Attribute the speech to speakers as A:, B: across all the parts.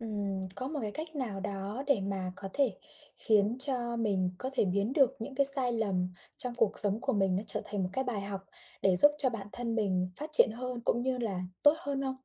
A: Có một cái cách nào đó để mà có thể khiến cho mình có thể biến được những cái sai lầm trong cuộc sống của mình nó trở thành một cái bài học để giúp cho bản thân mình phát triển hơn cũng như là tốt hơn không?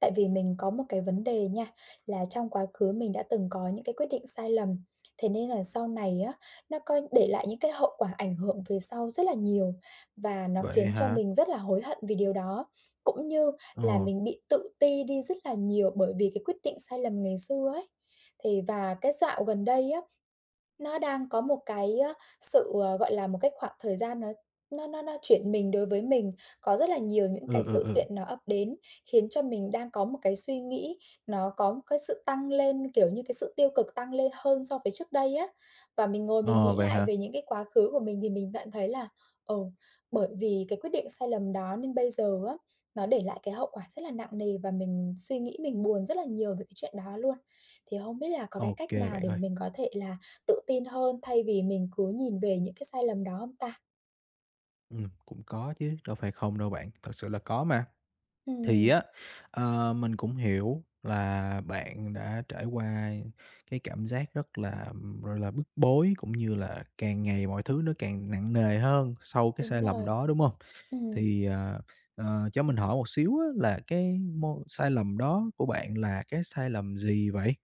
A: Tại vì mình có một cái vấn đề nha, là trong quá khứ mình đã từng có những cái quyết định sai lầm, thế nên là sau này á, nó coi để lại những cái hậu quả ảnh hưởng về sau rất là nhiều và nó
B: Vậy
A: khiến cho
B: hả?
A: mình rất là hối hận vì điều đó. Cũng như là
B: Ờ,
A: mình bị tự ti đi rất là nhiều bởi vì cái quyết định sai lầm ngày xưa ấy. Thì và cái dạo gần đây á, nó đang có một cái, sự, gọi là, một cái khoảng thời gian nó nó chuyển mình đối với mình. Có rất là nhiều những cái
B: ừ, ừ,
A: sự
B: ừ,
A: kiện nó ập đến, khiến cho mình đang có một cái suy nghĩ nó có một cái sự tăng lên, kiểu như, cái sự tiêu cực tăng lên hơn so với trước đây á. Và mình ngồi mình
B: ờ,
A: nghĩ
B: vậy
A: lại
B: hả?
A: về những cái quá khứ của mình thì mình nhận thấy là, ừ, bởi vì cái quyết định sai lầm đó nên bây giờ á, nó để lại cái hậu quả rất là nặng nề và mình suy nghĩ mình buồn rất là nhiều về cái chuyện đó luôn. Thì không biết là có cái
B: OK
A: cách nào
B: bạn
A: để mà
B: ơi,
A: mình có thể là tự tin hơn thay vì mình cứ nhìn về những cái sai lầm đó hông ta?
B: cũng có chứ, đâu phải không đâu bạn, thật sự là có mà. Thì
A: Ừm,
B: á, mình cũng hiểu là bạn đã trải qua cái cảm giác rất là, rồi là, bức bối, cũng như là càng ngày mọi thứ nó càng nặng nề hơn sau cái
A: đúng
B: sai lầm
A: rồi,
B: đó, đúng không?
A: ừm.
B: Thì, cho mình hỏi một xíu á là cái mô sai lầm đó của bạn là cái sai lầm gì vậy?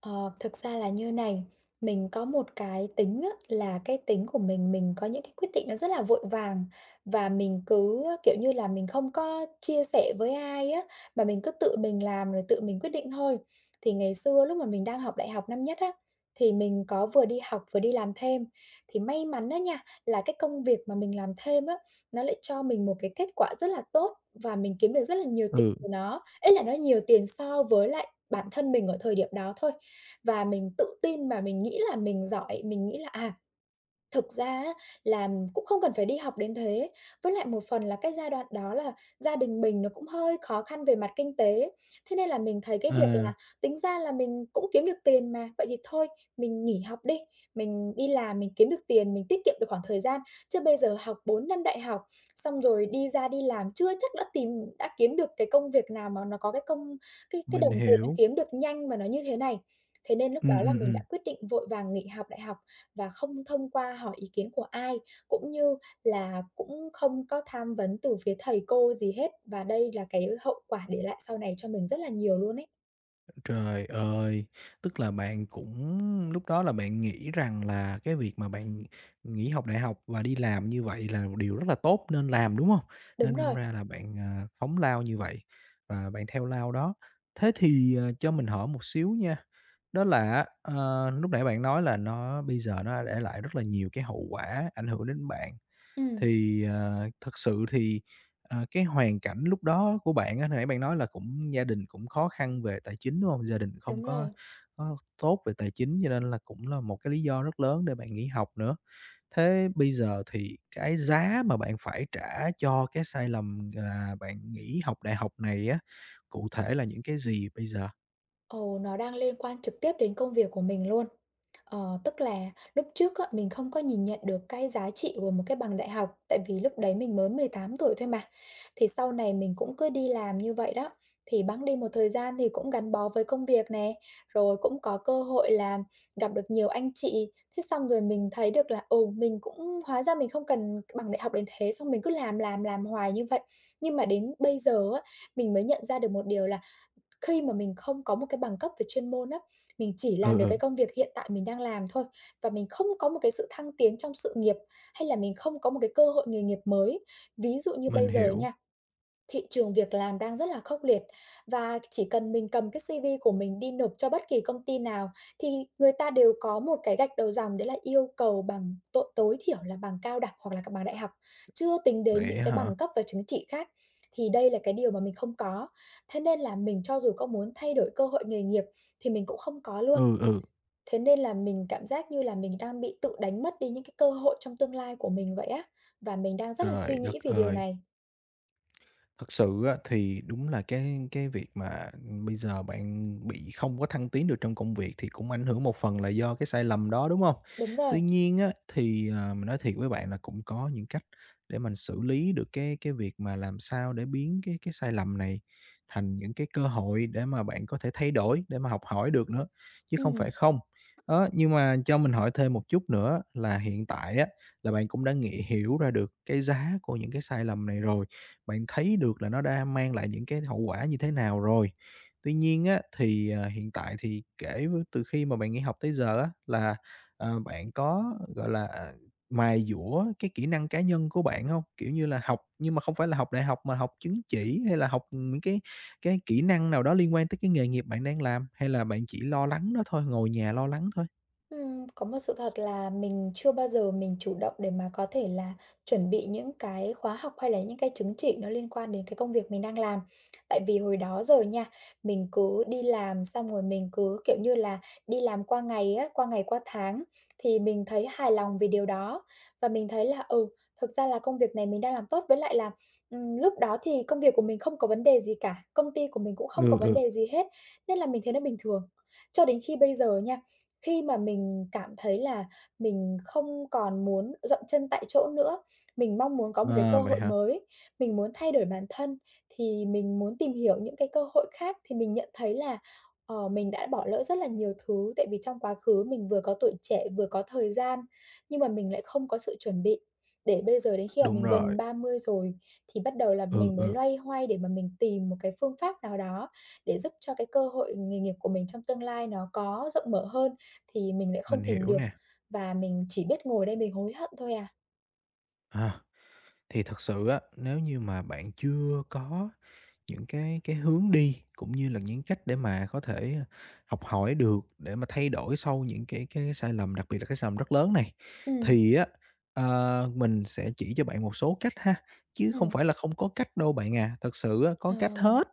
A: Ờ, thực ra là như này, mình có một cái tính á, là cái tính của mình có những cái quyết định nó rất là vội vàng và mình cứ, kiểu như là, mình không có chia sẻ với ai á, mà mình cứ tự mình làm rồi tự mình quyết định thôi. Thì ngày xưa lúc mà mình đang học đại học năm nhất á, thì mình có vừa đi học vừa đi làm thêm, thì may mắn á nha, là cái công việc mà mình làm thêm á, nó lại cho mình một cái kết quả rất là tốt và mình kiếm được rất là nhiều tiền
B: Ừ,
A: từ nó. Ý là nó nhiều tiền so với lại bản thân mình ở thời điểm đó thôi. Và mình tự tin và mình nghĩ là mình giỏi, mình nghĩ là, à, thực ra á là cũng không cần phải đi học đến thế, với lại một phần là cái giai đoạn đó là gia đình mình nó cũng hơi khó khăn về mặt kinh tế, thế nên là mình thấy cái việc
B: à,
A: là tính ra là mình cũng kiếm được tiền mà, vậy thì thôi mình nghỉ học đi, mình đi làm mình kiếm được tiền, mình tiết kiệm được khoảng thời gian, chứ bây giờ học 4 năm đại học, xong rồi đi ra đi làm chưa chắc đã đã kiếm được cái công việc nào mà nó có cái
B: mình
A: đồng tiền nó
B: hiểu.
A: kiếm được nhanh và nó như thế này. Thế nên lúc
B: Ừ,
A: đó
B: ừ,
A: là mình đã
B: ừm.
A: quyết định vội vàng nghỉ học đại học và không thông qua hỏi ý kiến của ai, cũng như là cũng không có tham vấn từ phía thầy cô gì hết, và đây là cái hậu quả để lại sau này cho mình rất là nhiều luôn ấy.
B: Trời ơi! Tức là bạn cũng lúc đó là bạn nghĩ rằng là cái việc mà bạn nghỉ học đại học và đi làm như vậy là một điều rất là tốt nên làm, đúng không?
A: Đúng
B: Nên đâm
A: rồi,
B: ra là bạn, phóng lao như vậy và bạn theo lao đó. Thế thì, cho mình hỏi một xíu nha, đó là á, lúc nãy bạn nói là nó bây giờ nó để lại rất là nhiều cái hậu quả ảnh hưởng đến bạn.
A: ừm,
B: Thì, thật sự thì, cái hoàn cảnh lúc đó của bạn á, hồi nãy bạn nói là cũng gia đình cũng khó khăn về tài chính, đúng không? Gia đình không
A: đúng
B: có
A: rồi.
B: có tốt về tài chính cho nên là cũng là một cái lý do rất lớn để bạn nghỉ học nữa. Thế bây giờ thì cái giá mà bạn phải trả cho cái sai lầm là bạn nghỉ học đại học này á, cụ thể là những cái gì bây giờ?
A: Ồ, nó đang liên quan trực tiếp đến công việc của mình luôn. Ờ, tức là lúc trước á, mình không có nhìn nhận được cái giá trị của một cái bằng đại học, tại vì lúc đấy mình mới 18 tuổi thôi mà. Thì sau này mình cũng cứ đi làm như vậy đó, thì bẵng đi một thời gian thì cũng gắn bó với công việc nè, rồi cũng có cơ hội là gặp được nhiều anh chị. Thế xong rồi mình thấy được là, ừ, mình cũng hóa ra mình không cần cái bằng đại học đến thế, xong mình cứ làm hoài như vậy. Nhưng mà đến bây giờ á, mình mới nhận ra được một điều là khi mà mình không có một cái bằng cấp về chuyên môn á, mình chỉ
B: Ừ,
A: làm được cái
B: ừ,
A: công việc hiện tại mình đang làm thôi và mình không có một cái sự thăng tiến trong sự nghiệp, hay là mình không có một cái cơ hội nghề nghiệp mới. Ví dụ như
B: mình
A: bây giờ
B: hiểu.
A: nha, thị trường việc làm đang rất là khốc liệt và chỉ cần mình cầm cái CV của mình đi nộp cho bất kỳ công ty nào thì người ta đều có một cái gạch đầu dòng đấy là yêu cầu bằng tối thiểu là bằng cao đẳng hoặc là bằng đại học, chưa tính đến những
B: Vậy
A: cái
B: hả?
A: bằng cấp và chứng chỉ khác. Thì đây là cái điều mà mình không có, thế nên là mình cho dù có muốn thay đổi cơ hội nghề nghiệp thì mình cũng không có luôn.
B: Ừ, ừ,
A: Thế nên là mình cảm giác như là mình đang bị tự đánh mất đi những cái cơ hội trong tương lai của mình vậy á, và mình đang rất là suy
B: trời đất
A: nghĩ về điều
B: ơi!
A: này.
B: Thật sự á, thì đúng là cái việc mà bây giờ bạn bị không có thăng tiến được trong công việc thì cũng ảnh hưởng một phần là do cái sai lầm đó, đúng không?
A: Đúng rồi,
B: Tuy nhiên á, thì, mình nói thiệt với bạn là cũng có những cách để mình xử lý được cái việc mà làm sao để biến cái sai lầm này thành những cái cơ hội để mà bạn có thể thay đổi, để mà học hỏi được nữa, chứ không phải
A: ừm.
B: không. Đó, nhưng mà cho mình hỏi thêm một chút nữa là hiện tại á, là bạn cũng đã nghĩ hiểu ra được cái giá của những cái sai lầm này rồi. Bạn thấy được là nó đã mang lại những cái hậu quả như thế nào rồi. Tuy nhiên á, thì, hiện tại thì kể với từ khi mà bạn nghỉ học tới giờ á, là, bạn có, gọi là, mài giũa cái kỹ năng cá nhân của bạn không? Kiểu như là, học nhưng mà không phải là học đại học mà học chứng chỉ hay là học những cái kỹ năng nào đó liên quan tới cái nghề nghiệp bạn đang làm, hay là bạn chỉ lo lắng đó thôi, ngồi nhà lo lắng thôi?
A: Có một sự thật là mình chưa bao giờ mình chủ động để mà có thể là chuẩn bị những cái khóa học hay là những cái chứng chỉ nó liên quan đến cái công việc mình đang làm. Tại vì hồi đó giờ nha, mình cứ đi làm xong rồi mình cứ, kiểu như là, đi làm qua ngày á, qua ngày qua tháng thì mình thấy hài lòng vì điều đó. Và mình thấy là, ừ, thực ra là công việc này mình đang làm tốt, với lại là, lúc đó thì công việc của mình không có vấn đề gì cả, công ty của mình cũng không có
B: Ừ,
A: vấn
B: ừ,
A: đề gì hết, nên là mình thấy nó bình thường. Cho đến khi bây giờ nha, khi mà mình cảm thấy là mình không còn muốn dậm chân tại chỗ nữa, mình mong muốn có một cái
B: à,
A: cơ
B: vậy
A: hội
B: hả?
A: mới, mình muốn thay đổi bản thân, thì mình muốn tìm hiểu những cái cơ hội khác thì mình nhận thấy là, ờ, mình đã bỏ lỡ rất là nhiều thứ, tại vì trong quá khứ mình vừa có tuổi trẻ, vừa có thời gian, nhưng mà mình lại không có sự chuẩn bị. Để bây giờ đến khi mà
B: Đúng
A: mình gần
B: rồi,
A: 30 rồi thì bắt đầu là
B: ừ,
A: mình mới
B: ừ,
A: loay hoay để mà mình tìm một cái phương pháp nào đó để giúp cho cái cơ hội nghề nghiệp của mình trong tương lai nó có rộng mở hơn thì mình lại
B: mình
A: không tìm
B: hiểu
A: được
B: nè,
A: và mình chỉ biết ngồi đây mình hối hận thôi à.
B: à. Thì thật sự á, nếu như mà bạn chưa có những cái hướng đi, cũng như là những cách để mà có thể học hỏi được, để mà thay đổi sau những cái sai lầm, đặc biệt là cái sai lầm rất lớn này,
A: Ừm,
B: thì á, mình sẽ chỉ cho bạn một số cách ha, chứ không
A: ừm.
B: phải là không có cách đâu bạn à, thật sự á, có
A: Ờ.
B: cách hết.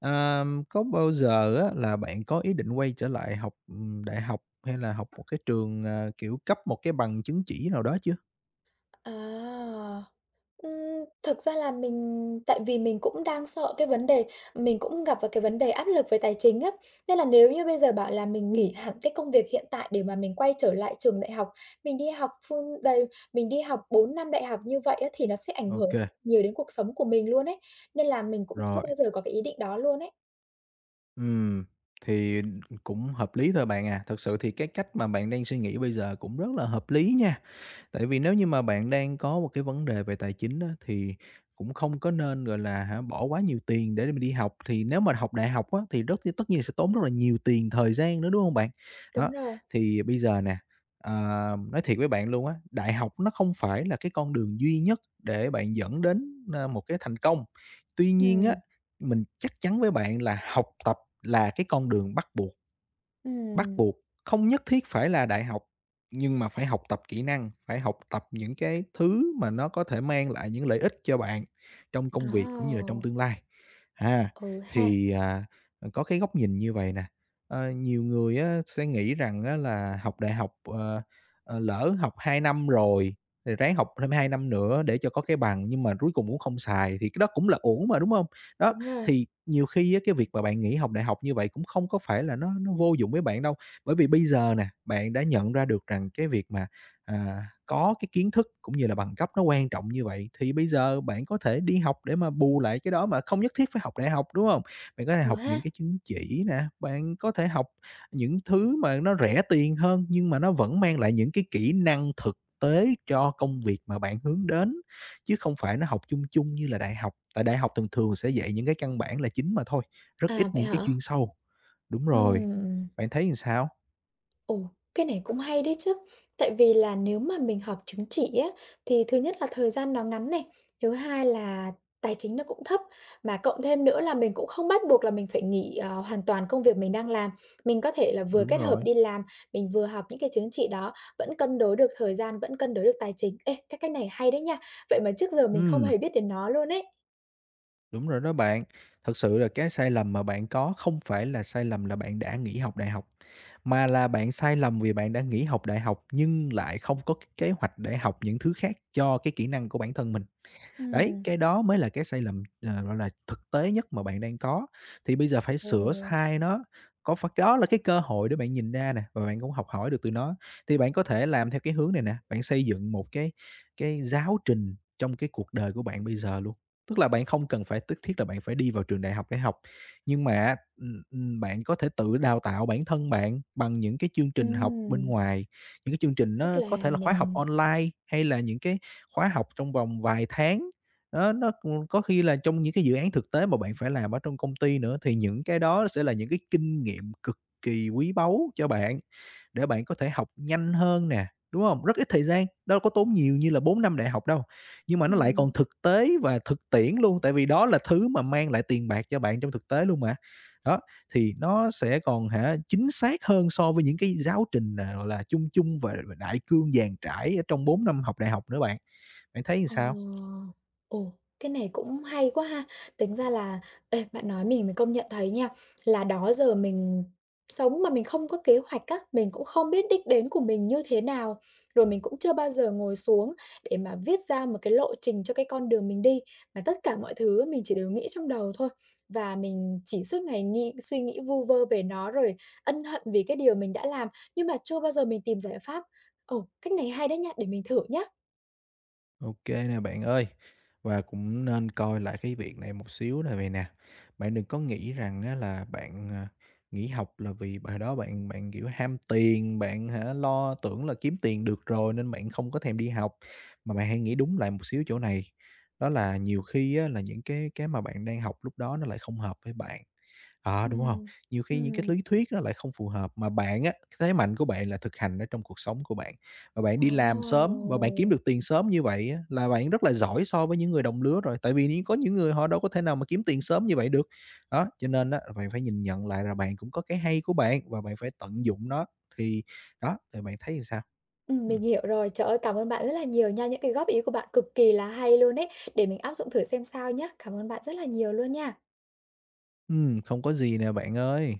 B: Có bao giờ á, là bạn có ý định quay trở lại học, đại học hay là học một cái trường, kiểu, cấp một cái bằng chứng chỉ nào đó chưa?
A: À, thực ra là mình tại vì mình cũng đang sợ cái vấn đề mình cũng gặp vào cái vấn đề áp lực về tài chính á, nên là nếu như bây giờ bảo là mình nghỉ hẳn cái công việc hiện tại để mà mình quay trở lại trường đại học, mình đi học full đầy mình đi học 4 năm đại học như vậy á, thì nó sẽ ảnh hưởng
B: OK
A: nhiều đến cuộc sống của mình luôn ấy, nên là mình cũng chưa
B: rồi.
A: bao giờ có cái ý định đó luôn ấy.
B: Ừm, thì cũng hợp lý thôi bạn à. Thật sự thì cái cách mà bạn đang suy nghĩ bây giờ cũng rất là hợp lý nha. Tại vì nếu như mà bạn đang có một cái vấn đề về tài chính á, thì cũng không có nên, gọi là hả, bỏ quá nhiều tiền để mà đi học. Thì nếu mà học đại học á, thì rất tất nhiên sẽ tốn rất là nhiều tiền, thời gian nữa, đúng không bạn?
A: Đúng
B: Đó,
A: rồi.
B: thì bây giờ nè, ờ, nói thiệt với bạn luôn á, đại học nó không phải là cái con đường duy nhất để bạn dẫn đến, một cái thành công. Tuy nhiên á,
A: Ừm,
B: mình chắc chắn với bạn là học tập là cái con đường bắt buộc. Bắt
A: ừm.
B: buộc, không nhất thiết phải là đại học, nhưng mà phải học tập kỹ năng, phải học tập những cái thứ mà nó có thể mang lại những lợi ích cho bạn trong công việc cũng như là
A: Ồ!
B: trong tương lai. À,
A: Ừ ha,
B: thì, có cái góc nhìn như vậy nè, nhiều người á sẽ nghĩ rằng á là học đại học, lỡ học 2 năm rồi, rồi ráng học thêm 2 năm nữa để cho có cái bằng nhưng mà cuối cùng cũng không xài thì cái đó cũng là uổng mà, đúng không? Đó,
A: đúng rồi.
B: thì nhiều khi á, cái việc mà bạn nghỉ học đại học như vậy cũng không có phải là nó vô dụng với bạn đâu, bởi vì bây giờ nè, bạn đã nhận ra được rằng cái việc mà, có cái kiến thức cũng như là bằng cấp nó quan trọng như vậy, thì bây giờ bạn có thể đi học để mà bù lại cái đó mà không nhất thiết phải học đại học, đúng không? Bạn có thể
A: Ừ
B: học
A: ha.
B: những cái chứng chỉ nè, bạn có thể học những thứ mà nó rẻ tiền hơn nhưng mà nó vẫn mang lại những cái kỹ năng thực tế cho công việc mà bạn hướng đến chứ không phải nó học chung chung như là đại học. Tại đại học thường thường sẽ dạy những cái căn bản là chính mà thôi, rất ít
A: À, vậy
B: những cái
A: hả?
B: chuyên sâu. Đúng rồi,
A: Ừm.
B: bạn thấy làm sao?
A: Ồ, cái này cũng hay đấy chứ. Tại vì là nếu mà mình học chứng chỉ á, thì thứ nhất là thời gian nó ngắn này, thứ hai là tài chính nó cũng thấp, mà cộng thêm nữa là mình cũng không bắt buộc là mình phải nghỉ, hoàn toàn công việc mình đang làm. Mình có thể là vừa
B: Đúng
A: kết hợp
B: rồi.
A: đi làm, mình vừa học những cái chứng chỉ đó, vẫn cân đối được thời gian, vẫn cân đối được tài chính. Ê, cái cách này hay đấy nha, vậy mà trước giờ mình không
B: Ừm,
A: hề biết đến nó luôn ấy.
B: đúng rồi đó bạn. Thật sự là cái sai lầm mà bạn có không phải là sai lầm là bạn đã nghỉ học đại học, mà là bạn sai lầm vì bạn đã nghỉ học đại học nhưng lại không có cái kế hoạch để học những thứ khác cho cái kỹ năng của bản thân mình. Đấy,
A: Ừm.
B: cái đó mới là cái sai lầm, gọi là, thực tế nhất mà bạn đang có. Thì bây giờ phải sửa
A: Ồ.
B: sai nó, có phải đó là cái cơ hội để bạn nhìn ra nè, và bạn cũng học hỏi được từ nó. Thì bạn có thể làm theo cái hướng này nè, bạn xây dựng một cái giáo trình trong cái cuộc đời của bạn bây giờ luôn. Tức là bạn không cần phải tức thiết là bạn phải đi vào trường đại học để học, nhưng mà á, bạn có thể tự đào tạo bản thân bạn bằng những cái chương trình học bên
A: Ừm,
B: ngoài, những cái chương trình
A: tức
B: nó có
A: là
B: thể là khóa học
A: mình
B: online hay là những cái khóa học trong vòng vài tháng đó, nó cũng có khi là trong những cái dự án thực tế mà bạn phải làm ở trong công ty nữa, thì những cái đó sẽ là những cái kinh nghiệm cực kỳ quý báu cho bạn, để bạn có thể học nhanh hơn nè, đúng không? Rất ít thời gian, đâu có tốn nhiều như là 4 năm đại học đâu, nhưng mà nó lại
A: ừm,
B: còn thực tế và thực tiễn luôn, tại vì đó là thứ mà mang lại tiền bạc cho bạn trong thực tế luôn mà. Đó, thì nó sẽ còn hả, chính xác hơn so với những cái giáo trình, là, chung chung và đại cương dàn trải ở trong 4 năm học đại học nữa bạn. Bạn thấy như
A: Ờ.
B: sao?
A: Ồ, cái này cũng hay quá ha. Tính ra là ê, bạn nói mình công nhận thấy nha, là đó giờ mình sống mà mình không có kế hoạch á, mình cũng không biết đích đến của mình như thế nào, rồi mình cũng chưa bao giờ ngồi xuống để mà viết ra một cái lộ trình cho cái con đường mình đi, mà tất cả mọi thứ mình chỉ đều nghĩ trong đầu thôi. Và mình chỉ suốt ngày suy nghĩ vu vơ về nó rồi ân hận vì cái điều mình đã làm, nhưng mà chưa bao giờ mình tìm giải pháp. Ồ, cách này hay đấy nha, để mình thử nhá.
B: OK nè bạn ơi, và cũng nên coi lại cái việc này một xíu này vầy nè. Bạn đừng có nghĩ rằng á là bạn, nghỉ học là vì hồi đó bạn bạn, kiểu, ham tiền, bạn hả, lo tưởng là kiếm tiền được rồi nên bạn không có thèm đi học. Mà bạn hãy nghĩ đúng lại một xíu chỗ này, đó là nhiều khi á là những cái mà bạn đang học lúc đó nó lại không hợp với bạn. Ờ, đúng không?
A: Ừm,
B: Nhiều khi những cái
A: ừm.
B: lý thuyết nó lại không phù hợp, mà bạn á, cái thế mạnh của bạn là thực hành ở trong cuộc sống của bạn, và bạn đi làm
A: Ồ!
B: sớm và bạn kiếm được tiền sớm như vậy á, là bạn rất là giỏi so với những người đồng lứa rồi, tại vì những có những người họ đâu có thể nào mà kiếm tiền sớm như vậy được. Đó, cho nên á, bạn phải nhìn nhận lại là bạn cũng có cái hay của bạn và bạn phải tận dụng nó, thì đó, thì bạn thấy thì sao? Ừm,
A: Mình hiểu rồi. Trời ơi, cảm ơn bạn rất là nhiều nha, những cái góp ý của bạn cực kỳ là hay luôn ấy, để mình áp dụng thử xem sao nhé. Cảm ơn bạn rất là nhiều luôn nha.
B: không có gì nè bạn ơi.